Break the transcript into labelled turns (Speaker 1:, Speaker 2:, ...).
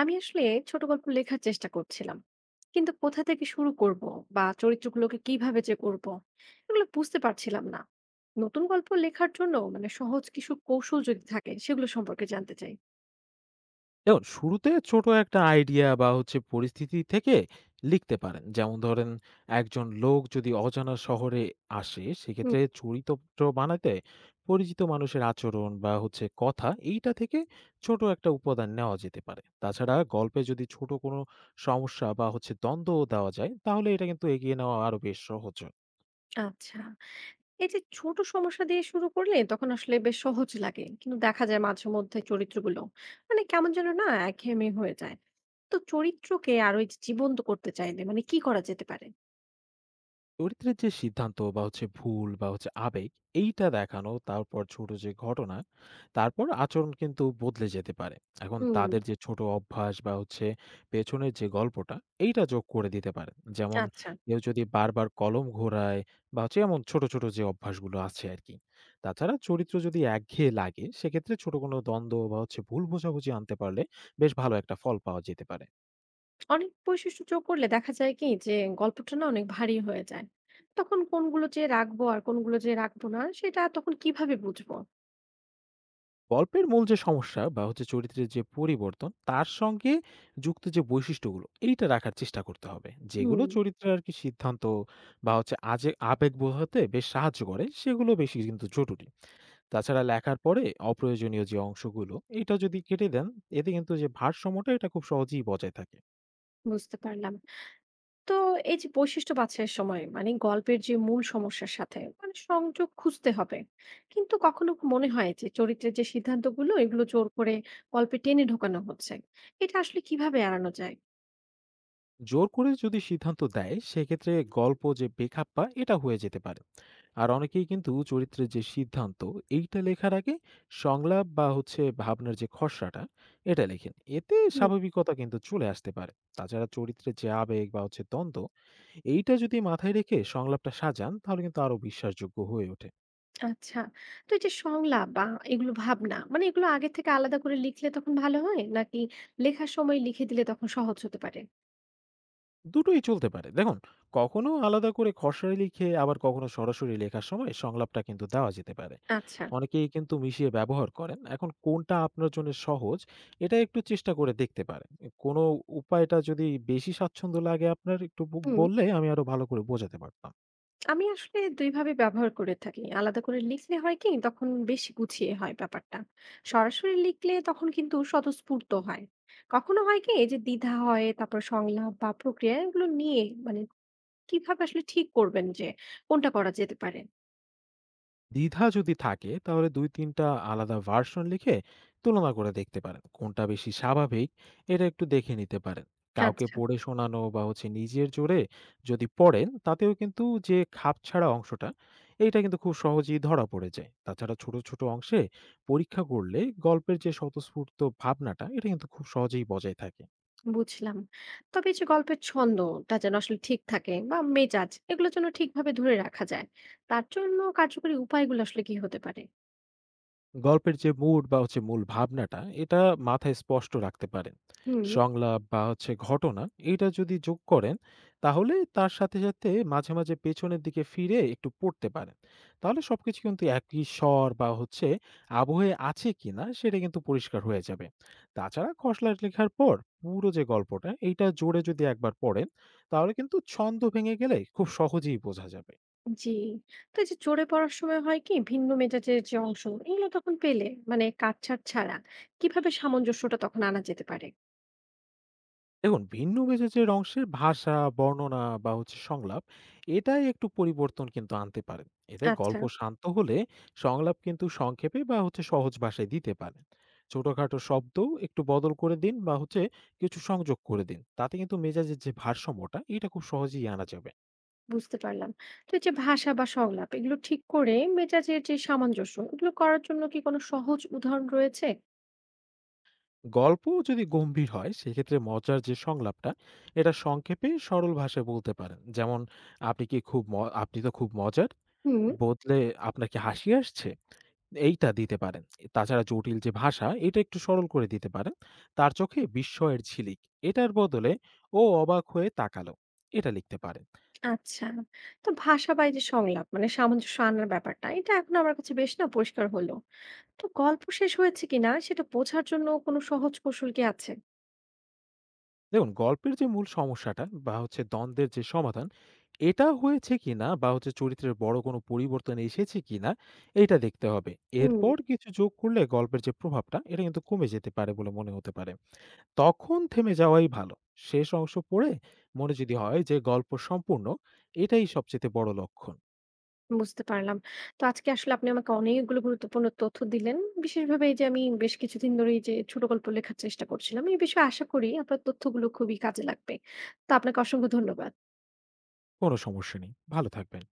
Speaker 1: আমি আসলে ছোট গল্প লেখার চেষ্টা করছিলাম, কিন্তু কোথা থেকে শুরু করব বা চরিত্রগুলোকে কিভাবে যে করব এগুলো বুঝতে পারছিলাম না। নতুন গল্প লেখার জন্য মানে সহজ কিছু কৌশল যদি থাকে সেগুলো সম্পর্কে জানতে চাই।
Speaker 2: দেখুন, শুরুতে ছোট একটা আইডিয়া বা হচ্ছে পরিস্থিতি থেকে লিখতে পারেন। যেমন ধরেন, একজন লোক যদি অজানা শহরে আসে,
Speaker 1: হুম,
Speaker 2: সেক্ষেত্রে চরিত্র বানাতে পরিচিত মানুষের আচরণ বা হচ্ছে কথা এইটা থেকে ছোট একটা উপাদান নেওয়া যেতে পারে। তাছাড়া গল্পে যদি ছোট কোনো সমস্যা বা হচ্ছে দ্বন্দ্ব দেওয়া যায়, তাহলে এটা কিন্তু এগিয়ে নেওয়া আরো বেশ সহজ হয়।
Speaker 1: আচ্ছা, এই যে ছোট সমস্যা দিয়ে শুরু করলে তখন আসলে বেশ সহজ লাগে, কিন্তু দেখা যায় মাঝে মধ্যে চরিত্রগুলো মানে কেমন যেন না একঘেয়েমি হয়ে যায়। তো চরিত্রকে আরো এই যে জীবন্ত করতে চাইলে মানে কি করা যেতে পারে?
Speaker 2: চরিত্রের যে সিদ্ধান্ত বা হচ্ছে ভুল বা হচ্ছে আবেগ এইটা দেখানো, তারপর ছোট যে ঘটনা, তারপর আচরণ কিন্তু বদলে যেতে পারে। এখন
Speaker 1: হুম।
Speaker 2: তাদের যে ছোট অভ্যাস বা হচ্ছে পেছনের যে গল্পটা এইটা যোগ করে দিতে পারে। যেমন
Speaker 1: আচ্ছা,
Speaker 2: কেউ যদি বারবার কলম ঘোরায় বা হচ্ছে এমন ছোট ছোট যে অভ্যাসগুলো আছে আর কি। তাছাড়া চরিত্র যদি একঘেয়ে লাগে, সেক্ষেত্রে ছোট কোনো দ্বন্দ্ব বা হচ্ছে ভুল বোঝাবুঝি আনতে পারলে বেশ ভালো একটা ফল পাওয়া যেতে পারে।
Speaker 1: অনেক বৈশিষ্ট্য যোগ করলে দেখা যায় কি যে গল্পটা না অনেক ভারী হয়ে যায়। তখন কোনগুলো যে রাখবো আর কোনগুলো যে রাখবো না সেটা তখন কিভাবে বুঝবো?
Speaker 2: গল্পের মূল যে সমস্যা বা হচ্ছে চরিত্রের যে পরিবর্তন, তার সঙ্গে যুক্ত যে বৈশিষ্ট্যগুলো এইটা রাখার চেষ্টা করতে হবে। যেগুলো
Speaker 1: হুম,
Speaker 2: চরিত্রের আর কি সিদ্ধান্ত বা হচ্ছে আজে আবেগ বোঝাতে বেশ সাহায্য করে, সেগুলো বেশি কিন্তু জরুরি। তাছাড়া লেখার পরে অপ্রয়োজনীয় যে অংশগুলো এটা যদি কেটে দেন, এতে কিন্তু যে ভারসাম্যটা এটা খুব সহজেই বজায় থাকে।
Speaker 1: বুঝতে পারলাম। তো এই যে বৈশিষ্ট্য বাছাইয়ের সময় মানে গল্পের যে মূল সমস্যার সাথে মানে সংযোগ খুঁজতে হবে, কিন্তু কখনো মনে হয় যে চরিত্রের যে সিদ্ধান্তগুলো এগুলো জোর করে গল্পে টেনে ঢোকানো হচ্ছে। এটা আসলে কিভাবে এড়ানো যায়?
Speaker 2: জোর করে যদি সিদ্ধান্ত দেয়, সেক্ষেত্রে গল্প যে বেখাপ্পা এটা হয়ে যেতে পারে। আর অনেকেই কিন্তু চরিত্রের যে সিদ্ধান্ত এইটা লেখার আগে সংলাপ বা হচ্ছে ভাবনার যে খসড়াটা এটা লেখেন, এতে স্বাভাবিকতা কিন্তু চলে আসতে পারে। তাছাড়া চরিত্রের যে আবেগ বা হচ্ছে দ্বন্দ্ব এইটা যদি মাথায় রেখে সংলাপটা সাজান, তাহলে কিন্তু আরো বিশ্বাসযোগ্য হয়ে ওঠে।
Speaker 1: আচ্ছা। তো এই যে সংলাপ বা এগুলো ভাবনা মানে এগুলো আগে থেকে আলাদা করে লিখলে তখন ভালো হয়? নাকি লেখার সময় লিখে দিলে তখন সহজ হতে পারে?
Speaker 2: দুটোই চলতে পারে। দেখুন, কখনো আলাদা করে খসড়া লিখে আবার কখনো সরাসরি লেখার সময় সংলাপটা কিন্তু দেওয়া যেতে পারে।
Speaker 1: আচ্ছা।
Speaker 2: অনেকেই কিন্তু মিশিয়ে ব্যবহার করেন। এখন কোনটা আপনার জন্য সহজ, এটা একটু চেষ্টা করে দেখতে পারেন। কোনো উপায়টা যদি বেশি স্বাচ্ছন্দ্য লাগে আপনার, একটু
Speaker 1: হুম।
Speaker 2: বললে আমি আরো ভালো করে বোঝাতে পারতাম।
Speaker 1: আমি আসলে ২ ভাবে ব্যবহার করে থাকি। আলাদা করে লিখলে হয় কি তখন বেশি গুছিয়ে হয় ব্যাপারটা। সরাসরি লিখলে তখন কিন্তু স্বতঃস্ফূর্ত হয়। কখনো হয় কি এই যে দ্বিধা হয় তারপর সংলাপ বা প্রক্রিয়া এগুলো নিয়ে, মানে কিভাবে আসলে ঠিক করবেন যে কোনটা করা যেতে পারে?
Speaker 2: দ্বিধা যদি থাকে, তাহলে দুই তিনটা আলাদা ভার্সন লিখে তুলনা করে দেখতে পারেন কোনটা বেশি স্বাভাবিক। এটা একটু দেখে নিতে পারেন। কাউকে
Speaker 1: আচ্ছা।
Speaker 2: পড়ে শোনানো বা হচ্ছে নিজের জোরে যদি পড়েন, তাতেও কিন্তু যে খাপ ছাড়া অংশটা এইটা কিন্তু খুব সহজেই ধরা পড়ে যায়। তাছাড়া ছোট ছোট অংশে পরীক্ষা করলে গল্পের যে স্বতঃস্ফূর্ত ভাবনাটা এটা কিন্তু খুব সহজেই বজায় থাকে।
Speaker 1: বুঝলাম। তবে এই যে গল্পের ছন্দটা যেন আসলে ঠিক থাকে বা মেজাজ এগুলো যেন ঠিকভাবে ধরে রাখা যায়, তার জন্য কার্যকরী উপায়গুলো আসলে কি হতে পারে?
Speaker 2: গল্পের যে মুড বা হচ্ছে মূল ভাবনাটা এটা মাথায় স্পষ্ট রাখতে পারেন।
Speaker 1: হুম।
Speaker 2: সংলাপ বা হচ্ছে ঘটনা এটা যদি যোগ করেন, তাহলে তার সাথে সাথে মাঝে মাঝে পেছনের দিকে ফিরে একটু পড়তে পারেন। তাহলে সবকিছু কিন্তু একই স্বর বা হচ্ছে আবহে আছে কিনা সেটা কিন্তু পরিষ্কার হয়ে যাবে। তাছাড়া খসড়া লেখার পর পুরো যে গল্পটা এইটা জোরে যদি একবার পড়েন, তাহলে কিন্তু ছন্দ ভেঙে গেলে খুব সহজেই বোঝা যাবে।
Speaker 1: জি। তো এই যে জোরে পড়ার সময় হয় কি ভিন্ন মেজাজের যে অংশ এগুলো তখন পেলে, মানে কাটছাট ছাড়া কিভাবে সামঞ্জস্যটা তখন আনা যেতে পারে?
Speaker 2: দেখুন, ভিন্ন মেজাজের অংশের ভাষা, বর্ণনা বা হচ্ছে সংলাপ এটাই একটু পরিবর্তন কিন্তু আনতে পারেন। এতে
Speaker 1: আচ্ছা,
Speaker 2: গল্প শান্ত হলে সংলাপ কিন্তু সংক্ষেপে বা হচ্ছে সহজ ভাষায় দিতে পারেন। ছোটখাটো শব্দ একটু বদল করে দিন বা হচ্ছে কিছু সংযোগ করে দিন, তাতে কিন্তু মেজাজের যে ভারসাম্যটা এটা খুব সহজেই আনা যাবে।
Speaker 1: বুঝতে পারলাম। তো এই যে ভাষা বা সংলাপ এগুলো ঠিক করে মেজাজের যে সামঞ্জস্য এগুলো করার জন্য কি কোনো সহজ উদাহরণ রয়েছে?
Speaker 2: গল্প যদি গম্ভীর হয়, সেক্ষেত্রে মজার যে সংলাপটা এটা সংক্ষেপে সরল ভাষায় বলতে পারেন। যেমন আপনি তো খুব মজার,
Speaker 1: হুম।
Speaker 2: বদলে আপনার কি হাসি আসছে এইটা দিতে পারেন। তাছাড়া জটিল যে ভাষা এটা একটু সরল করে দিতে পারেন। তার চোখে বিস্ময়ের ঝিলিক, এটার বদলে "ও অবাক হয়ে তাকালো।" এটা লিখতে পারেন।
Speaker 1: আচ্ছা। তো ভাষা বা এই যে সংলাপ মানে সামঞ্জস্য আনার ব্যাপারটা এটা এখন আমার কাছে বেশ না পরিষ্কার হলো। তো গল্প শেষ হয়েছে কিনা সেটা বোঝার জন্য কোনো সহজ কৌশল কি আছে?
Speaker 2: দেখুন, গল্পের যে মূল সমস্যাটা বা হচ্ছে দ্বন্দ্বের যে সমাধান, এটা হয়েছে কিনা বা হচ্ছে চরিত্রের বড় কোনো পরিবর্তন এসেছে কিনা এইটা দেখতে হবে।
Speaker 1: হুম,
Speaker 2: এরপর কিছু যোগ করলে গল্পের যে প্রভাবটা এটা কিন্তু কমে যেতে পারে বলে মনে হতে পারে। তখন থেমে যাওয়াই ভালো। শেষ অংশ পড়ে মনে যদি হয় যে গল্প সম্পূর্ণ, এটাই সবচেয়ে বড় লক্ষণ।
Speaker 1: বুঝতে পারলাম। তো আজকে আসলে আপনি আমাকে অনেকগুলো গুরুত্বপূর্ণ তথ্য দিলেন। বিশেষভাবে এই যে আমি বেশ কিছুদিন ধরে এই যে ছোট গল্প লেখার চেষ্টা করছিলাম, এই বিষয়ে আশা করি আপনার তথ্যগুলো খুবই কাজে লাগবে। তো আপনাকে অসংখ্য ধন্যবাদ।
Speaker 2: কোনো সমস্যা নেই। ভালো থাকবেন।